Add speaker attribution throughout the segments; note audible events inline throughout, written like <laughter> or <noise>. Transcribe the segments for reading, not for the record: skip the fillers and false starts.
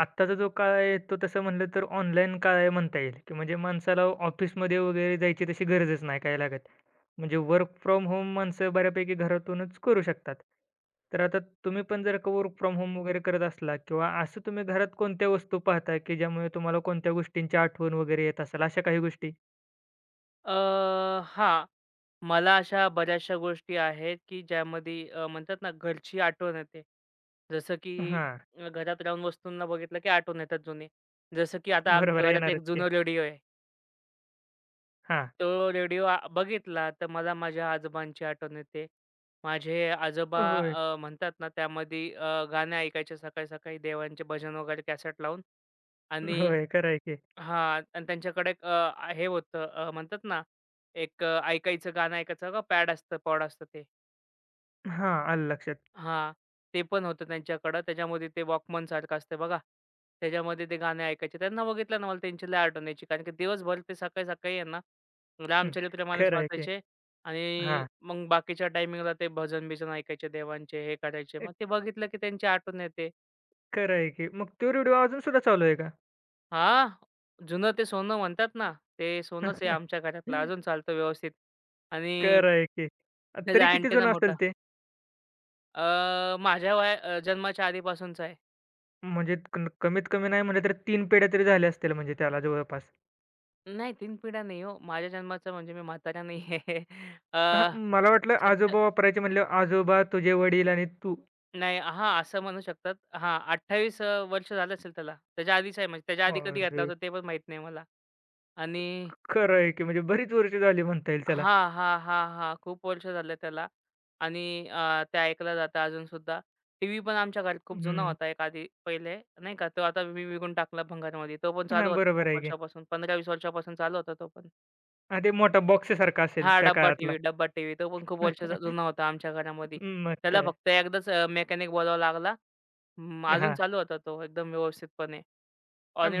Speaker 1: आत्ताचा जो काळ आहे तो तसं म्हणलं तर ऑनलाईन काळ आहे म्हणता येईल, की म्हणजे माणसाला ऑफिसमध्ये वगैरे जायची तशी गरजच नाही काय लागत. म्हणजे वर्क फ्रॉम होम माणसं बऱ्यापैकी घरातूनच करू शकतात. तर आता तुम्ही पण जर का वर्क फ्रॉम होम वगैरे करत असला किंवा असं तुम्ही घरात कोणत्या वस्तू पाहता, की ज्यामुळे तुम्हाला कोणत्या गोष्टींची आठवण वगैरे येत असेल अशा काही गोष्टी?
Speaker 2: अ, हां. मला अशा बऱ्याचशा गोष्टी आहेत, की ज्यामध्ये म्हणतात ना घरची आठवण येते. जसं की
Speaker 1: हां,
Speaker 2: घरात राहून वस्तूंना बघितलं की आठवण येतात जुने. जसं की आता
Speaker 1: बरोबर
Speaker 2: आमच्या घरात एक
Speaker 1: येणारच की.
Speaker 2: जुना रेडिओ आहे.
Speaker 1: हां.
Speaker 2: तो रेडिओ बघितला तर मला माझ्या आजोबांची आठवण येते. माझे आजोबा
Speaker 1: होय.
Speaker 2: म्हणतात ना त्यामध्ये गाणे ऐकायचे सकाळी-सकाळी देवांचे भजन वगैरे कॅसेट लावून आणि
Speaker 1: होय, खरं आहे की.
Speaker 2: हां. आणि त्यांच्याकडे एक हे होतं म्हणतात ना, एक ऐकायचं गाणं ऐकायचं बघा पॅड असतं, पॉड असतं ते.
Speaker 1: हां, आलं लक्षात.
Speaker 2: हां. ते पण होतं त्यांच्याकडं. त्याच्यामध्ये ते वॉकमन सारखं असतं बघा. त्याच्यामध्ये ते गाणे ऐकायचे. त्यांना बघितलं ना मला त्यांची लय आठवण यायची. कारण की दिवसभर ते सकाळी-सकाळी आहे ना,
Speaker 1: हं. खरं आहे की.
Speaker 2: वाचायचे आणि
Speaker 1: हां.
Speaker 2: मग बाकीच्या टायमिंगला ते भजन-बिजन ऐकायचे देवांचे, हे करायचे. मग ते बघितलं की त्यांची आठवण येते.
Speaker 1: खरं आहे की. मग तो रेडिओ अजून सुद्धा चालू आहे का?
Speaker 2: हां, जुनं ते सोनं म्हणतात ना, ते सोनंच आहे
Speaker 1: <laughs>
Speaker 2: आमच्या घरातलं. अजून चालतं व्यवस्थित आणि
Speaker 1: खरं आहे की. तरी
Speaker 2: त्याचा
Speaker 1: किती
Speaker 2: अँटेना
Speaker 1: जुनं
Speaker 2: मोठा.
Speaker 1: असेल ते?
Speaker 2: अ, माझ्या वया अ, जन्माच्या आधीपासूनचा आहे.
Speaker 1: म्हणजे कमीत कमी नाही म्हटलं तर 3 पिढ्या तरी झाल्या असतील म्हणजे त्याला जवळपास.
Speaker 2: नाही 3 पिढ्या नाही हो. माझ्या जन्माचा म्हणजे मी म्हातारा नाही आहे. <laughs> अ,
Speaker 1: हां, मला वाटलं
Speaker 2: 70
Speaker 1: आजोबा वापरायचे म्हणल्यावर आजोबा, तुझे वडील आणि तू.
Speaker 2: नाही हां, असं म्हणू शकतात. हां, 28 वर्ष झालं असेल त्याला. त्याच्या आधीच आहे म्हणजे त्याच्या आधी कधी घातला
Speaker 1: अरे!
Speaker 2: होता ते पण माहीत नाही मला आणि
Speaker 1: खरं आहे की म्हणजे बरीच वर्ष झाली म्हणता येईल त्याला.
Speaker 2: हां. खूप वर्ष झाले त्याला आणि ते ऐकलं जातं अजूनसुद्धा. टीव्ही पण आमच्या घरात खूप जुना
Speaker 1: हं.
Speaker 2: होता एक आधी पहिले, नाही का. तो आता मी विकून टाकला भंगारमध्ये. तो पण चालू
Speaker 1: हां,
Speaker 2: होता
Speaker 1: बरोबर
Speaker 2: खूप
Speaker 1: आहे की.
Speaker 2: वर्षापासून. 15-20 वर्षापासून चालू होता तो पण.
Speaker 1: हां, ते मोठा बॉक्ससारखा असेल
Speaker 2: हां,
Speaker 1: त्या
Speaker 2: डब्बा
Speaker 1: काळातला.
Speaker 2: टीव्ही, डब्बा टीव्ही. तो पण खूप वर्ष
Speaker 1: <laughs>
Speaker 2: जुना होता आमच्या घरामध्ये.
Speaker 1: मग
Speaker 2: त्याला
Speaker 1: काय.
Speaker 2: फक्त एकदाच मेकॅनिक बोलावा लागला. अजून
Speaker 1: हां,
Speaker 2: चालू होता तो एकदम व्यवस्थितपणे.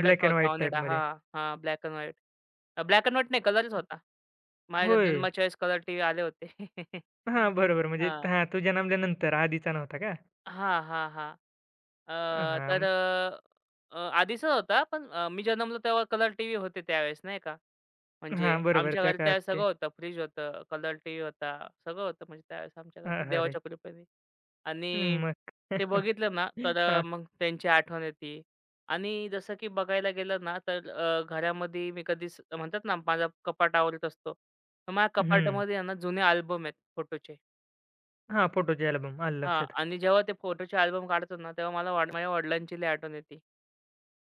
Speaker 1: ब्लॅक अँड
Speaker 2: होता,
Speaker 1: व्हाईट
Speaker 2: ऑनिडा.
Speaker 1: टाइपमध्ये.
Speaker 2: हां, हां. Black and white. Black and white नाही, कलरच होता. माझ्या
Speaker 1: होय.
Speaker 2: जन्म चॉईस कलर टीव्ही आले होते.
Speaker 1: हां,
Speaker 2: <laughs>
Speaker 1: बरोबर म्हणजे
Speaker 2: हां.
Speaker 1: हां, तो जन्मल्यानंतर आधीचा नव्हता का?
Speaker 2: हां, हां, हां. अ, तर
Speaker 1: हां,
Speaker 2: अ, अ, आधीचाच होता, पण मी जन्मलो तेव्हा कलर टीव्ही होते त्यावेळेस नाही का. म्हणजे
Speaker 1: हां, बरोबर
Speaker 2: आमच्या
Speaker 1: त्या
Speaker 2: घरी
Speaker 1: काळात
Speaker 2: त्यावेळेस
Speaker 1: ते.
Speaker 2: सगळं होतं. फ्रिज होतं, कलर टीव्ही होता, सगळं होतं म्हणजे त्यावेळेस आमच्या घरी
Speaker 1: अरे!
Speaker 2: देवाच्या कृपेने. आणि
Speaker 1: हम्म, मग
Speaker 2: ते
Speaker 1: <laughs>
Speaker 2: बघितलं ना, तर
Speaker 1: हां,
Speaker 2: मग त्यांची आठवण येते. आणि जसं की बघायला गेलं ना, तर घरामध्ये मी कधीच म्हणतात ना, माझा कपाट आवरत असतो. तर माझ्या
Speaker 1: हं.
Speaker 2: कपाटामध्ये आहे ना, जुने अल्बम आहेत फोटोचे.
Speaker 1: हां, फोटोचे अल्बम. आलं
Speaker 2: हां.
Speaker 1: लक्षात.
Speaker 2: आणि जेव्हा ते फोटोचे अल्बम काढतो ना, तेव्हा मला माझ्या वडिलांची लई आठवण येते.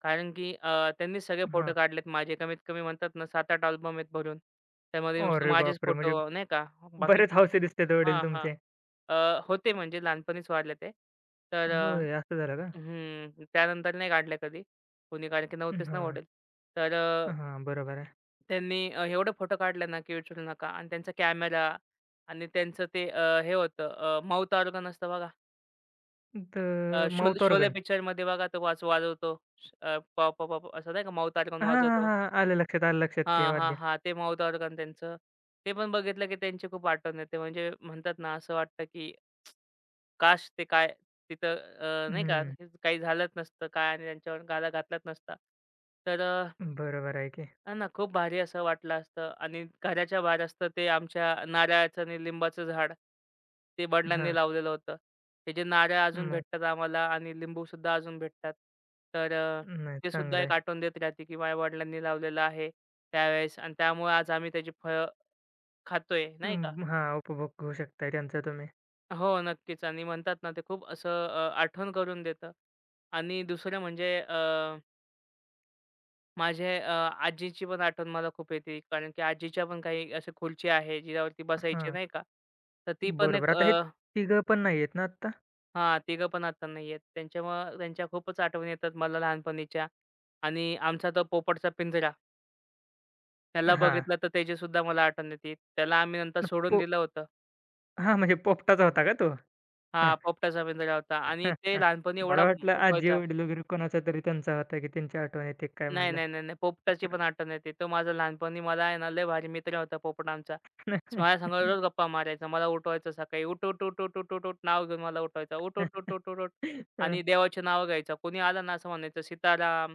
Speaker 2: कारण की त्यांनीच सगळे फोटो
Speaker 1: हां.
Speaker 2: काढलेत माझे. कमीत कमी म्हणतात ना 7-8 अल्बम आहेत भरून. त्यामध्ये नुसते
Speaker 1: अरे
Speaker 2: माझेच
Speaker 1: बापरे! म्हणजे
Speaker 2: फोटो नाही का. बाकी
Speaker 1: बरेच हौसे दिसतात वडील
Speaker 2: हां, हां.
Speaker 1: तुमचे.
Speaker 2: अ, होते म्हणजे लहानपणीच वाढले ते. तर अ,
Speaker 1: होय, असं झालं का?
Speaker 2: हं. त्यानंतर नाही काढले कधी कोणी कारण की नव्हतेच ना
Speaker 1: हां,
Speaker 2: वडील. तर अ,
Speaker 1: हां, बरोबर आहे.
Speaker 2: त्यांनी एवढे फोटो काढले ना की विचारू नका आणि त्यांचा कॅमेरा आणि त्यांचं ते हे होतं ऑर्गन असतं बघा. अ,
Speaker 1: तर
Speaker 2: शोल
Speaker 1: माउथ
Speaker 2: शोले
Speaker 1: ऑर्गन.
Speaker 2: पिक्चरमध्ये बघा तो वाजवतो. पॉप, पॉप, पॉप असं नाही का माउथ ऑर्गन
Speaker 1: हां, हां,
Speaker 2: वाजवतो.
Speaker 1: हां. आलं लक्षात, आलं लक्षात
Speaker 2: हां,
Speaker 1: ते
Speaker 2: हां,
Speaker 1: वाद्य.
Speaker 2: हां. ते माउथ ऑर्गन त्यांचं. ते पण बघितलं की त्यांची खूप आठवण येते. म्हणजे म्हणतात ना असं वाटतं की काश ते काय तिथं नाही का,
Speaker 1: हं,
Speaker 2: हे काही झालंच नसतं काय आणि त्यांच्यावर घाला घातलाच नसता. तर
Speaker 1: बरोबर आहे की.
Speaker 2: ना, ना. खूप भारी असं वाटलं असतं आणि घराच्या बाहेर असतं ते आमच्या नारळाचं आणि लिंबाचं झाड. ते वडिलांनी
Speaker 1: हां,
Speaker 2: लावलेलं होतं. ते जे नारळ अजून
Speaker 1: मग
Speaker 2: भेटतात आम्हाला आणि लिंबू सुद्धा अजून भेटतात. तर अ,
Speaker 1: नाही
Speaker 2: ते सुद्धा
Speaker 1: चांगलं
Speaker 2: एक
Speaker 1: आहे.
Speaker 2: आठवण देत राहते, की माझ्या वडिलांनी लावलेलं आहे त्यावेळेस आणि त्यामुळे आज आम्ही त्याची फळं खातोय, नाही का?
Speaker 1: अं, हां, उपभोग घेऊ शकताय त्यांचा तुम्ही.
Speaker 2: हो, नक्कीच आणि म्हणतात ना, ते खूप असं आठवण करून देतं आणि दुसरं म्हणजे माझ्या आजीची पण आठवण मला खूप येते. कारण की आजीच्या पण काही असे खुर्च्या आहे, जिच्यावरती बसायचे
Speaker 1: हां,
Speaker 2: नाही का. तर ती पण
Speaker 1: बरोबर.
Speaker 2: एक
Speaker 1: आता हे तिघं पण नाही आहेत ना आत्ता?
Speaker 2: हां, तिघं पण आता नाही आहेत. त्यांच्यामुळं त्यांच्या खूपच आठवणी येतात मला लहानपणीच्या. आणि आमचा तो पोपटचा पिंजरा, त्याला
Speaker 1: हां,
Speaker 2: बघितलं तर त्याचीसुद्धा मला आठवण येते. त्याला आम्ही नंतर सोडून
Speaker 1: पो
Speaker 2: दिलं होतं.
Speaker 1: हां, म्हणजे पोपटाचा होता का तो? <laughs>
Speaker 2: हां, पोपटाचा पिंजरा होता आणि ते
Speaker 1: <laughs>
Speaker 2: लहानपणी एवढा
Speaker 1: मला वाटलं
Speaker 2: उठवायचा.
Speaker 1: आजी-वडील वगैरे कोणाचा तरी त्यांचा होता, की त्यांची आठवण येते काय
Speaker 2: नाही,
Speaker 1: म्हणलं.
Speaker 2: नाही, नाही, नाही. पोपटाची पण आठवण येते. तो माझा लहानपणी मला आहे ना, लय भारी मित्र होता पोपट आमचा. माझ्या संग रोज गप्पा मारायचा. मला उठवायचा सकाळी. उठ, उठ, उठ, उठ, उठ, उठ, उठ नाव घेऊन मला उठवायचा. उठ, उठ, उठ, उठ,
Speaker 1: <laughs>
Speaker 2: उठ, उठ आणि देवाचे नावं घ्यायचा. कोणी आला ना असं म्हणायचं, "सीताराम,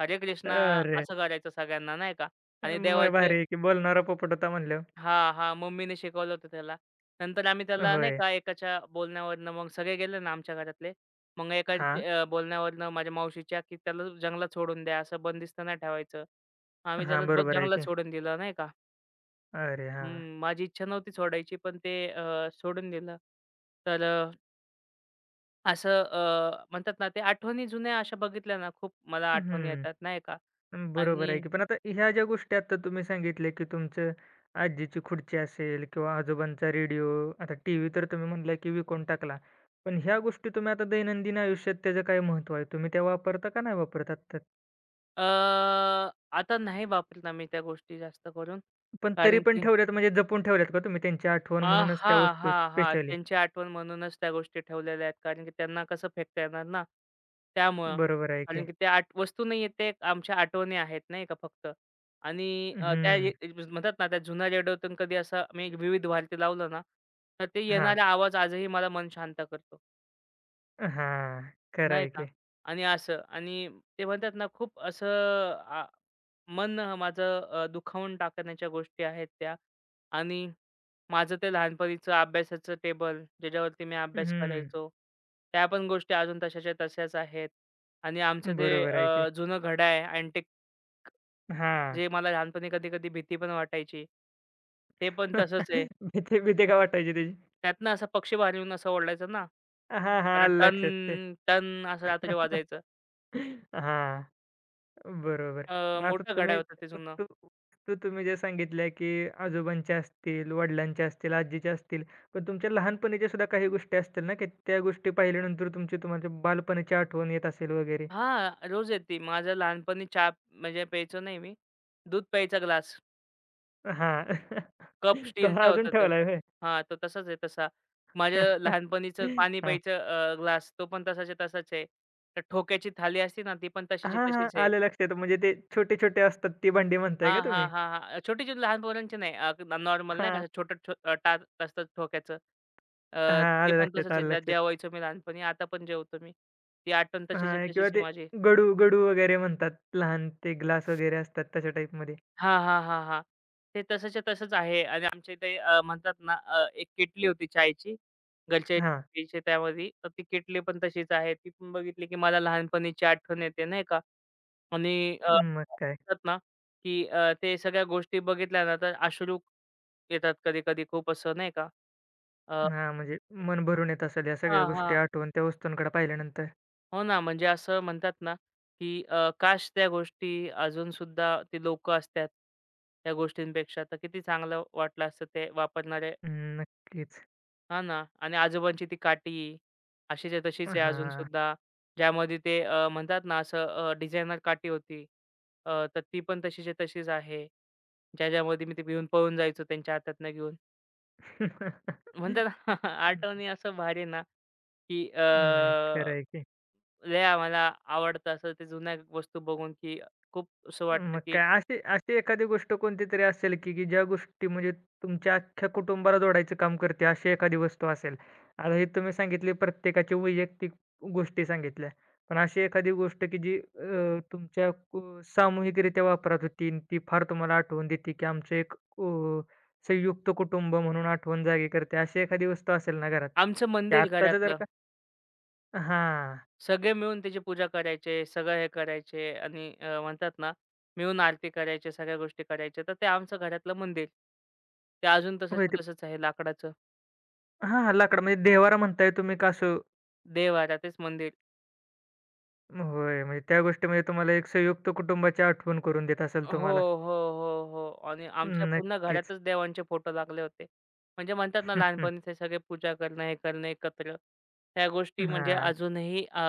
Speaker 2: हरे कृष्णा"
Speaker 1: अरे!
Speaker 2: असं करायचं सगळ्यांना नाही का आणि
Speaker 1: मग
Speaker 2: देवाचे
Speaker 1: भारी आहे की बोलणारा पोपट होता म्हणल्यावर.
Speaker 2: हां, हां. मम्मीने शिकवलं होतं त्याला. नंतर आम्ही त्याला नाही
Speaker 1: होय.
Speaker 2: का एकाच्या बोलण्यावरनं मग सगळे गेले ना आमच्या घरातले. मग
Speaker 1: हां,
Speaker 2: एकाच्या बोलण्यावरनं माझ्या मावशीच्या, की त्याला जंगलात सोडून द्या, असं बंदिस्त नाही ठेवायचं. आम्ही त्याला
Speaker 1: हां, बरोबर आहे
Speaker 2: जंगलात
Speaker 1: की.
Speaker 2: सोडून दिलं नाही का.
Speaker 1: अरे हां.
Speaker 2: हं, माझी इच्छा नव्हती सोडायची, पण ते सोडून दिलं. तर अ, असं म्हणतात ना, ते आठवणी जुन्या अशा बघितल्या ना, खूप मला आठवणी येतात
Speaker 1: हं,
Speaker 2: नाही का.
Speaker 1: बरोबर आहे
Speaker 2: आणि
Speaker 1: की. पण आता ह्या ज्या गोष्टी आता तुम्ही सांगितल्या, की तुमचं आजीची खुर्ची असेल किंवा आजोबांचा रेडिओ, आता टीव्ही तर तुम्ही म्हणला की विकून टाकला. पण ह्या गोष्टी तुम्ही आता दैनंदिन आयुष्यात त्याचं काय महत्त्व आहे? तुम्ही त्या वापरता का नाही वापरत
Speaker 2: अ, आता नाही वापरत आम्ही त्या गोष्टी जास्त करून
Speaker 1: पण तरी
Speaker 2: कारण
Speaker 1: पण
Speaker 2: की
Speaker 1: ठेवल्यात म्हणजे जपून ठेवल्यात का तुम्ही त्यांची आठवण म्हणूनच त्या
Speaker 2: हां,
Speaker 1: वस्तू
Speaker 2: हां, हां.
Speaker 1: स्पेशली?
Speaker 2: त्यांची आठवण म्हणूनच त्या गोष्टी ठेवलेल्या आहेत. कारण की त्यांना कसं फेकता येणार ना, त्यामुळं.
Speaker 1: बरोबर आहे
Speaker 2: कारण
Speaker 1: की.
Speaker 2: की त्या आठ वस्तू नाही आहेत, ते आमच्या आठवणी आहेत, नाही का फक्त. आणि अ, त्या
Speaker 1: हं.
Speaker 2: ये म्हणतात ना, त्या जुन्या रेडिओतून कधी असा मी एक विविध भारती लावलं ना, तर ते
Speaker 1: हां.
Speaker 2: येणारा आवाज आजही मला मन शांत करतो.
Speaker 1: हां. खरं
Speaker 2: नाही
Speaker 1: आहे
Speaker 2: का?
Speaker 1: की.
Speaker 2: आणि असं आणि ते म्हणतात ना खूप असं आ मन माझं दुखावून टाकण्याच्या गोष्टी आहेत त्या आणि माझं ते लहानपणीचं अभ्यासाचं टेबल, ज्याच्यावरती मी अभ्यास
Speaker 1: हं.
Speaker 2: करायचो, त्या पण गोष्टी अजून तशाच्या तशाच आहेत. आणि आमचं ते
Speaker 1: बरोबर आहे की.
Speaker 2: जुनं घड्याळ अँटिक
Speaker 1: हां.
Speaker 2: जे मला लहानपणी कधी-कधी भीती पण वाटायची. ते पण तसंच आहे.
Speaker 1: <laughs> भीती भीती का वाटायची त्याची?
Speaker 2: त्यातनं असा पक्षी बाहेर येऊन असं ओरडायचा ना,
Speaker 1: हां, हां.
Speaker 2: आणि
Speaker 1: आलं
Speaker 2: टन,
Speaker 1: लक्षात ते.
Speaker 2: टन असं रात्री
Speaker 1: <laughs>
Speaker 2: वाजायचं.
Speaker 1: हां. बरोबर. मग आता
Speaker 2: मोठं
Speaker 1: तुम्ही
Speaker 2: घड्याळ होतं ते जुनं.
Speaker 1: वस्तू वस्तू तुम्ही जे सांगितल्या, की आजोबांच्या असतील, वडिलांच्या असतील, आजीच्या असतील. पण तुमच्या लहानपणीच्या सुद्धा काही गोष्टी असतील ना, की त्या गोष्टी पाहिल्यानंतर तुमची तुमच्या बालपणीची आठवण येत असेल वगैरे?
Speaker 2: हां, रोज येते. माझं लहानपणी चहा म्हणजे प्यायचो नाही मी. दूध प्यायचा ग्लास.
Speaker 1: हां. <laughs>
Speaker 2: कप
Speaker 1: तो हा
Speaker 2: स्टीलचा
Speaker 1: अजून
Speaker 2: होता तो.
Speaker 1: ठेवलाय होय?
Speaker 2: हां, तो तसाच आहे तसा. माझं
Speaker 1: <laughs>
Speaker 2: लहानपणीचं पाणी
Speaker 1: हां.
Speaker 2: प्यायचं ग्लास तो पण तसाच्या तसाच आहे. तर ठोक्याची थाली असते ना, ती पण तशीची
Speaker 1: हां, हां.
Speaker 2: तशीच आहे.
Speaker 1: आलं लक्षात. म्हणजे ते छोटे-छोटे असतात ती भांडी म्हणताय
Speaker 2: हां,
Speaker 1: का
Speaker 2: हां,
Speaker 1: तुम्ही?
Speaker 2: हां, हां. छोटी-छोटी लहान पोरांची नाही नॉर्मल नाही का
Speaker 1: हां.
Speaker 2: असं टाच असतं ठोक्याचं.
Speaker 1: हां.
Speaker 2: ते
Speaker 1: आलं
Speaker 2: पण
Speaker 1: लक्षात,
Speaker 2: तसंच आहे.
Speaker 1: आलं
Speaker 2: ज्यात
Speaker 1: लक्षात.
Speaker 2: जेवायचो मी लहानपणी. आता पण जेवतो मी. ती आठवण तशीच्या
Speaker 1: हां. किंवा
Speaker 2: तशीच आहे
Speaker 1: ते
Speaker 2: माझी.
Speaker 1: गडू, गडू वगैरे म्हणतात. लहान ते ग्लास वगैरे असतात तशा टाईपमध्ये.
Speaker 2: हां, हां, हां, हां. ते तसंच्या तसंच आहे आणि आमच्या इथे म्हणतात ना एक केटली होती चायची. घरचे
Speaker 1: हां.
Speaker 2: प्यायचे त्यामध्ये. तर ती केटली पण तशीच आहे. ती पण बघितली की मला लहानपणीची आठवण येते नाही का आणि
Speaker 1: मग काय.
Speaker 2: म्हणतात ना की ते सगळ्या गोष्टी बघितल्या ना तर अश्रू येतात कधी-कधी खूप असं नाही का. अ
Speaker 1: हां, म्हणजे मन भरून येत असेल या सगळ्या
Speaker 2: हां,
Speaker 1: गोष्टी
Speaker 2: हां.
Speaker 1: आठवून त्या वस्तूंकडे पाहिल्यानंतर.
Speaker 2: हो ना, म्हणजे असं म्हणतात ना, की काश त्या गोष्टी अजून सुद्धा ती लोकं असत्यात, त्या गोष्टींपेक्षा तर किती चांगलं वाटलं असतं ते वापरणारे
Speaker 1: हम्म, नक्कीच.
Speaker 2: हां ना. आणि आजोबांची ती काठी अशीच्या तशीच आहे अजून
Speaker 1: हां.
Speaker 2: सुद्धा. ज्यामध्ये ते म्हणतात ना, असं डिझायनर काठी होती. तर ती पण तशीच्या तशीच आहे. ज्याच्यामध्ये मी ते घेऊन पळून जायचो त्यांच्या हातातनं घेऊन. म्हणतात
Speaker 1: <laughs>
Speaker 2: ना, <laughs> आठवणी असं भारी ना, की
Speaker 1: नाही, खरं की.
Speaker 2: लय आम्हाला आवडतं असं ते जुन्या वस्तू बघून, की खूप असं वाटतं,
Speaker 1: मग
Speaker 2: की
Speaker 1: काय अशी अशी एखादी गोष्ट कोणतीतरी असेल, की की ज्या गोष्टी म्हणजे तुमच्या अख्ख्या कुटुंबाला जोडायचं काम करते, अशी एखादी वस्तू असेल? आता हे तुम्ही सांगितली प्रत्येकाची वैयक्तिक गोष्टी सांगितल्या. पण अशी एखादी गोष्ट, की जी तुमच्या सामूहिकरित्या वापरात होती आणि ती फार तुम्हाला आठवण देते, की आमचं एक संयुक्त कुटुंब म्हणून आठवण जागी करते, अशी एखादी वस्तू असेल ना घरात?
Speaker 2: आमचं
Speaker 1: की
Speaker 2: मंदिर
Speaker 1: आत्ताचं जर
Speaker 2: घरातलं
Speaker 1: का हां.
Speaker 2: सगळे मिळून त्याची पूजा करायचे, सगळं हे करायचे आणि म्हणतात ना, मिळून आरती करायचे, सगळ्या गोष्टी करायच्या. तर ते आमचं घरातलं मंदिर. ते अजून
Speaker 1: होय, ते
Speaker 2: तसंच्या तसंच आहे लाकडाचं.
Speaker 1: हां, हां लाकड म्हणजे देव्हारा म्हणताय तुम्ही का असं
Speaker 2: देव्हारा तेच मंदिर.
Speaker 1: होय, म्हणजे त्या गोष्टीमध्ये तुम्हाला एक संयुक्त कुटुंबाची आठवण करून देत असेल
Speaker 2: हो,
Speaker 1: तुम्हाला.
Speaker 2: हो, हो, हो. आणि आमच्या पूर्ण
Speaker 1: नक्कीच.
Speaker 2: घरातच देवांचे फोटो लागले होते. म्हणजे म्हणतात ना,
Speaker 1: <laughs> हं, हं.
Speaker 2: लहानपणी ते सगळे पूजा करणं, हे करणं एकत्र. त्या गोष्टी म्हणजे
Speaker 1: हां,
Speaker 2: अजूनही अ,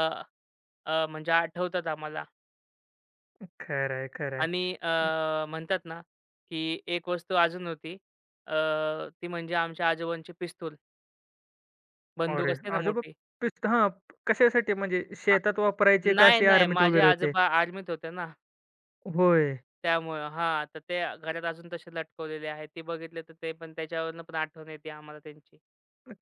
Speaker 2: अ, म्हणजे आठवतात आम्हाला.
Speaker 1: खरं आहे, खरं आहे.
Speaker 2: आणि म्हणतात ना, की एक वस्तू अजून होती. अ, ती म्हणजे आमच्या आजोबांची पिस्तूल, बंदूक
Speaker 1: अरे,
Speaker 2: असते ना
Speaker 1: आजोबा
Speaker 2: मोठी.
Speaker 1: हां, कशासाठी म्हणजे
Speaker 2: आ
Speaker 1: शेतात वापरायचे का
Speaker 2: नाही,
Speaker 1: असे
Speaker 2: नाही.
Speaker 1: आर्मीत
Speaker 2: माझे
Speaker 1: वगैरे होते?
Speaker 2: आजोबा आर्मीत होते ना,
Speaker 1: होय,
Speaker 2: त्यामुळं. हां, तर ते घरात अजून तसे लटकवलेले आहेत. ते बघितले तर ते पण त्याच्यावरनं पण आठवण येते आम्हाला त्यांची.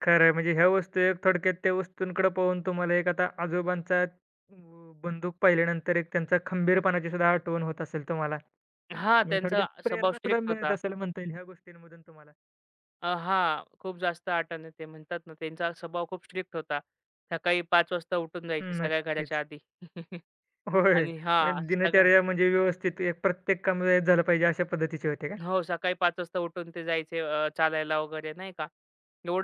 Speaker 1: खरं आहे. म्हणजे ह्या वस्तू एक थोडक्यात त्या वस्तूंकडे पाहून तुम्हाला एक आता आजोबांचा बंदूक पाहिल्यानंतर एक त्यांचा खंबीरपणाची सुद्धा आठवण होत असेल तुम्हाला.
Speaker 2: हां,
Speaker 1: म्हणजे
Speaker 2: त्यांचा
Speaker 1: थोडक्यात
Speaker 2: स्वभाव
Speaker 1: प्रेरणा सुद्धा
Speaker 2: स्ट्रिक्ट
Speaker 1: मिळत
Speaker 2: होता.
Speaker 1: असेल म्हणता येईल ह्या गोष्टींमधून तुम्हाला.
Speaker 2: हां, खूप जास्त आठवण येते. म्हणतात ना, त्यांचा स्वभाव खूप स्ट्रिक्ट होता. सकाळी 5:00 वाजता उठून जायचे सगळ्या घराच्या
Speaker 1: नक्कीच.
Speaker 2: आधी. <laughs>
Speaker 1: होय.
Speaker 2: आणि हां,
Speaker 1: म्हणजे
Speaker 2: सगळ्या
Speaker 1: दिनचर्या म्हणजे व्यवस्थित एक प्रत्येक काम वेळेत झालं पाहिजे अशा पद्धतीचे होते का?
Speaker 2: हो, सकाळी 5 वाजता उठून ते जायचे चालायला वगैरे नाही का.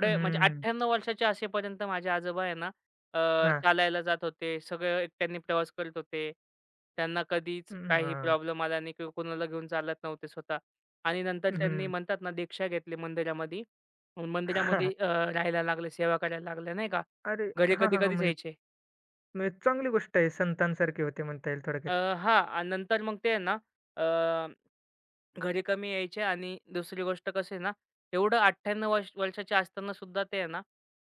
Speaker 1: हं,
Speaker 2: म्हणजे
Speaker 1: हं.
Speaker 2: 98 वर्षाचे असेपर्यंत माझे आजोबा आहे ना अ,
Speaker 1: हां.
Speaker 2: चालायला जात होते. सगळं एकट्याने प्रवास करत होते. त्यांना कधीच
Speaker 1: हं,
Speaker 2: काही
Speaker 1: हां.
Speaker 2: प्रॉब्लेम आला नाही किंवा कोणाला घेऊन चालत नव्हते स्वतः. आणि नंतर त्यांनी म्हणतात ना दीक्षा घेतली मंदिरामध्ये. मग मंदिरामध्ये राहायला लागले, सेवा करायला लागले नाही का.
Speaker 1: अरे
Speaker 2: घरी
Speaker 1: हां, हां, हां.
Speaker 2: कधी-कधीच
Speaker 1: म्हणजे
Speaker 2: यायचे.
Speaker 1: म्हणजे चांगली गोष्ट आहे. संतांसारखे होते म्हणता येईल
Speaker 2: अ,
Speaker 1: थोडक्यात.
Speaker 2: हां आणि नंतर मग ते आहे ना घरी कमी यायचे आणि दुसरी गोष्ट कसं आहे ना, एवढं 98 वर्षाचे असताना सुद्धा ते आहे ना,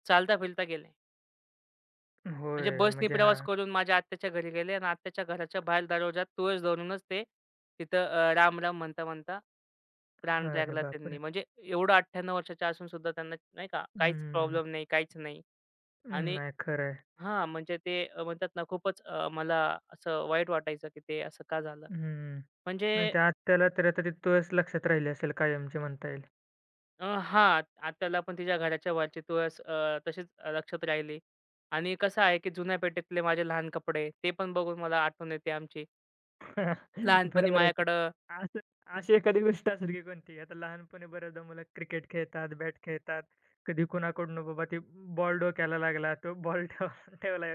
Speaker 2: चालता-फिरता गेले. म्हणजे
Speaker 1: होय.
Speaker 2: बसनी
Speaker 1: म्हणजे
Speaker 2: प्रवास
Speaker 1: हां.
Speaker 2: करून माझ्या आत्याच्या घरी गेले आणि आत्याच्या घराच्या बाहेर दरवाजात तुळस धरूनच ते तिथं राम-राम म्हणता-म्हणता प्राण
Speaker 1: अरे
Speaker 2: त्यागला त्यांनी.
Speaker 1: बापरे!
Speaker 2: म्हणजे एवढं 98 वर्षाचे असून सुद्धा त्यांना नाही का, काहीच
Speaker 1: हं.
Speaker 2: प्रॉब्लेम नाही, काहीच नाही. आणि
Speaker 1: नाही खरं आहे.
Speaker 2: हां, म्हणजे ते म्हणतात ना खूपच मला असं वाईट वाटायचं, की ते असं का झालं?
Speaker 1: हं.
Speaker 2: म्हणजे
Speaker 1: नाही त्या आत्याला तर आता ती तुळस लक्षात राहिली असेल कायमची म्हणता येईल.
Speaker 2: हां. आत्याला पण तिच्या घराच्या वरची तुळस तशीच लक्षात राहिली आणि कसं आहे, की जुन्या पेटीतले माझे लहान कपडे, ते पण बघून मला आठवण येते आमची.
Speaker 1: <laughs>
Speaker 2: लहानपणी
Speaker 1: बरोबर आहे की.
Speaker 2: माझ्याकडं
Speaker 1: असं अशी एखादी गोष्ट असेल की कोणती? आता लहानपणी बऱ्याचदा मुलं क्रिकेट खेळतात, बॅट खेळतात. कधी कुणाकडून बाबा ते बॉल डोक्याला लागला, तो बॉल <laughs> ठेवला.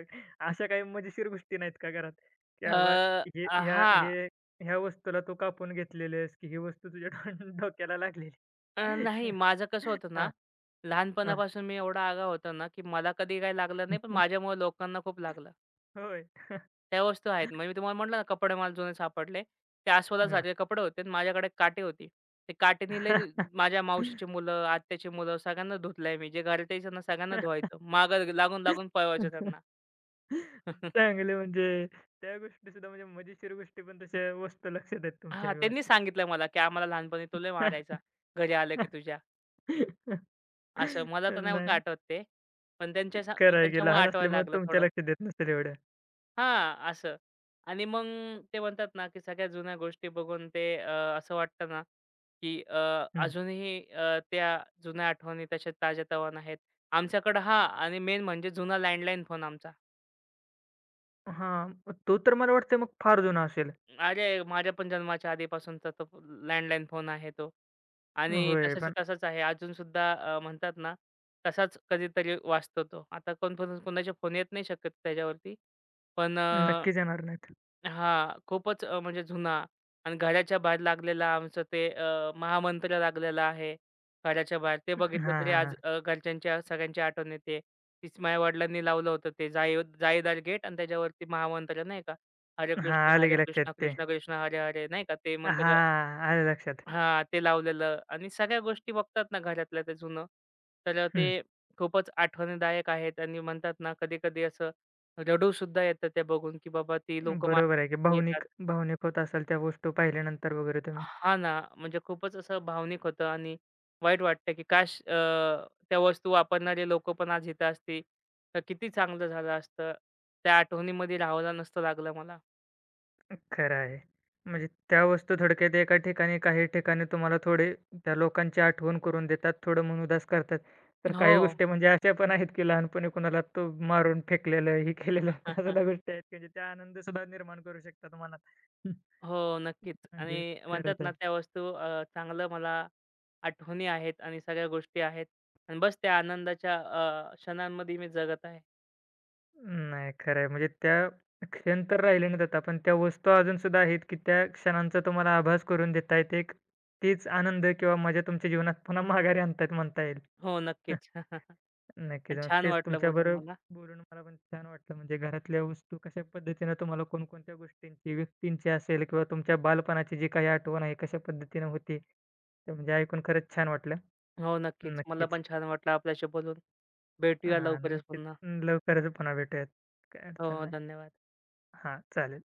Speaker 1: अशा काही मजेशीर गोष्टी नाहीत का घरात? की बाबा
Speaker 2: अ,
Speaker 1: हे ह्या
Speaker 2: हां.
Speaker 1: हे ह्या वस्तूला तू कापून घेतलेली आहेस, की ही वस्तू तुझ्या <laughs> डोक्याला लागलेली.
Speaker 2: नाही
Speaker 1: <laughs>
Speaker 2: माझं कसं होतं ना,
Speaker 1: हां, हां.
Speaker 2: लहानपणापासून मी एवढा आगाऊ होतो ना, की मला कधी काही लागलं नाही, पण माझ्यामुळे लोकांना खूप लागलं.
Speaker 1: होय.
Speaker 2: त्या वस्तू आहेत. म्हणजे मी तुम्हाला म्हटलं ना, कपडे मला जुने सापडले. ते
Speaker 1: ना.
Speaker 2: अस्वलासारखे कपडे होते आणि माझ्याकडे काठी होती. ते काठीने लय माझ्या मावशीची मुलं, आत्याची मुलं सगळ्यांना धुतलंय मी. जे घरात यायचं ना सगळ्यांना
Speaker 1: <laughs>
Speaker 2: धुवायचं. मागं लागून-लागून पळवायचो त्यांना. <laughs>
Speaker 1: चांगले म्हणजे त्या गोष्टी सुद्धा म्हणजे मजेशीर गोष्टी पण तशा वस्तू लक्षात आहेत तुमच्या
Speaker 2: हां, त्यांनी
Speaker 1: व्यवस्थित.
Speaker 2: सांगितलं मला, की आम्हाला लहानपणी तो लय मारायचा, घरी आलं की तुझ्या.
Speaker 1: <laughs>
Speaker 2: असं मला तर नव्हतं
Speaker 1: नाही
Speaker 2: आठवत ते. पण
Speaker 1: खरं आहे की
Speaker 2: त्यांच्यामुळे
Speaker 1: लहान
Speaker 2: आठवायला
Speaker 1: असल्यामुळे
Speaker 2: लागलं
Speaker 1: तुमच्या
Speaker 2: थोडं.
Speaker 1: लक्षात येत नसेल एवढ्या.
Speaker 2: हां, असं. आणि मग ते म्हणतात ना, की सगळ्या जुन्या गोष्टी बघून ते असं वाटतं ना की
Speaker 1: हं.
Speaker 2: अजूनही त्या जुन्या आठवणी तशा ताज्यातवानं आहेत. आमच्याकडं हां आणि मेन म्हणजे जुना लँडलाईन फोन आमचा.
Speaker 1: हां, मग तो तर मला वाटतंय मग फार जुना असेल.
Speaker 2: अरे, माझ्या पण जन्माच्या आधीपासूनचा तो लँडलाईन फोन आहे तो. आणि
Speaker 1: होय,
Speaker 2: तसाच्या
Speaker 1: पण
Speaker 2: तसाच आहे. अजूनसुद्धा म्हणतात ना, तसाच कधीतरी वाजतो तो. आता कोण कोण कोणाचे फोन येत नाही शक्यतो त्याच्यावरती. पण
Speaker 1: नक्कीच येणार नाहीत.
Speaker 2: हां, खूपच म्हणजे जुना आणि घराच्या बाहेर लागलेला आमचं ते महामंत्र लागलेला आहे घराच्या बाहेर. ते
Speaker 1: हां,
Speaker 2: बघितलं
Speaker 1: हां,
Speaker 2: तरी आज
Speaker 1: हां.
Speaker 2: घरच्यांच्या सगळ्यांची आठवण येते. तीच माझ्या वडिलांनी लावलं होतं ते जाळीदार गेट आणि त्याच्यावरती महामंत्र नाही का, हरे
Speaker 1: हां,
Speaker 2: कृष्ण,
Speaker 1: आलं
Speaker 2: हरे
Speaker 1: की लक्षात
Speaker 2: कृष्ण,
Speaker 1: ते.
Speaker 2: कृष्ण कृष्ण, हरे हरे नाही का ते मंत्र
Speaker 1: हां, आलं लक्षात.
Speaker 2: हां, ते लावलेलं आणि सगळ्या गोष्टी बघतात ना घरातल्या ते जुनं. तर
Speaker 1: हं.
Speaker 2: ते खूपच आठवणीदायक आहेत आणि म्हणतात ना कधी-कधी असं रडूसुद्धा येतं ते बघून, की बाबा ती लोकं
Speaker 1: बरोबर आहे की
Speaker 2: येतात.
Speaker 1: भावनिक भावनिक होत असाल त्या वस्तू पाहिल्यानंतर वगैरे तुम्ही.
Speaker 2: हां ना, म्हणजे खूपच असं भावनिक होतं आणि वाईट वाटतं, की काश त्या वस्तू वापरणारे लोकं पण आज इथं असती, तर किती चांगलं झालं असतं. त्या आठवणीमध्ये राहायला नसतं लागलं मला.
Speaker 1: खरं आहे. म्हणजे त्या वस्तू थोडक्यात एका ठिकाणी काही ठिकाणी तुम्हाला थोडे त्या लोकांची आठवण करून देतात, थोडं मन उदास करतात. तर काही
Speaker 2: हो.
Speaker 1: गोष्टी म्हणजे अशा पण आहेत, की लहानपणी कुणाला तो मारून फेकलेलं, हे केलेलं <laughs> त्यासुद्धा
Speaker 2: <laughs>
Speaker 1: गोष्टी आहेत, की म्हणजे त्या आनंदसुद्धा निर्माण करू शकतात मनात. <laughs>
Speaker 2: हो, नक्कीच
Speaker 1: म्हणजे
Speaker 2: आणि म्हणतात
Speaker 1: खरंच
Speaker 2: ना,
Speaker 1: आहे.
Speaker 2: त्या वस्तू चांगलं मला आठवणी आहेत आणि सगळ्या गोष्टी आहेत आणि बस त्या आनंदाच्या क्षणांमध्ये मी जगत आहे.
Speaker 1: नाही खरं आहे. म्हणजे त्या क्षण तर राहिले नाहीत आता, पण त्या वस्तू अजूनसुद्धा आहेत, की त्या क्षणांचा तुम्हाला आभास करून देतायत. एक तीच आनंद किंवा मजा तुमच्या जीवनात पुन्हा माघारी आणतायत म्हणता येईल.
Speaker 2: हो, नक्कीच. <laughs>
Speaker 1: नक्कीच.
Speaker 2: आणि
Speaker 1: मग
Speaker 2: छान
Speaker 1: तेच
Speaker 2: वाटलं बोलून
Speaker 1: तुमच्याबरोबर
Speaker 2: मला.
Speaker 1: बोलून मला पण छान वाटलं. म्हणजे घरातल्या वस्तू कशा पद्धतीनं तुम्हाला कोणकोणत्या गोष्टींची, व्यक्तींची असेल किंवा तुमच्या बालपणाची जी काही आठवण आहे, कशा पद्धतीनं होती. ते म्हणजे ऐकून खरंच छान वाटलं.
Speaker 2: हो, नक्कीच. मला
Speaker 1: नक्कीच.
Speaker 2: पण छान वाटलं आपल्याशी बोलून. भेटूया
Speaker 1: हां,
Speaker 2: लवकरच
Speaker 1: नक्कीच.
Speaker 2: पुन्हा.
Speaker 1: लवकरच पुन्हा भेटूयात. काही
Speaker 2: हो,
Speaker 1: अडचण
Speaker 2: हो.
Speaker 1: नाही.
Speaker 2: धन्यवाद.
Speaker 1: हां, चालेल.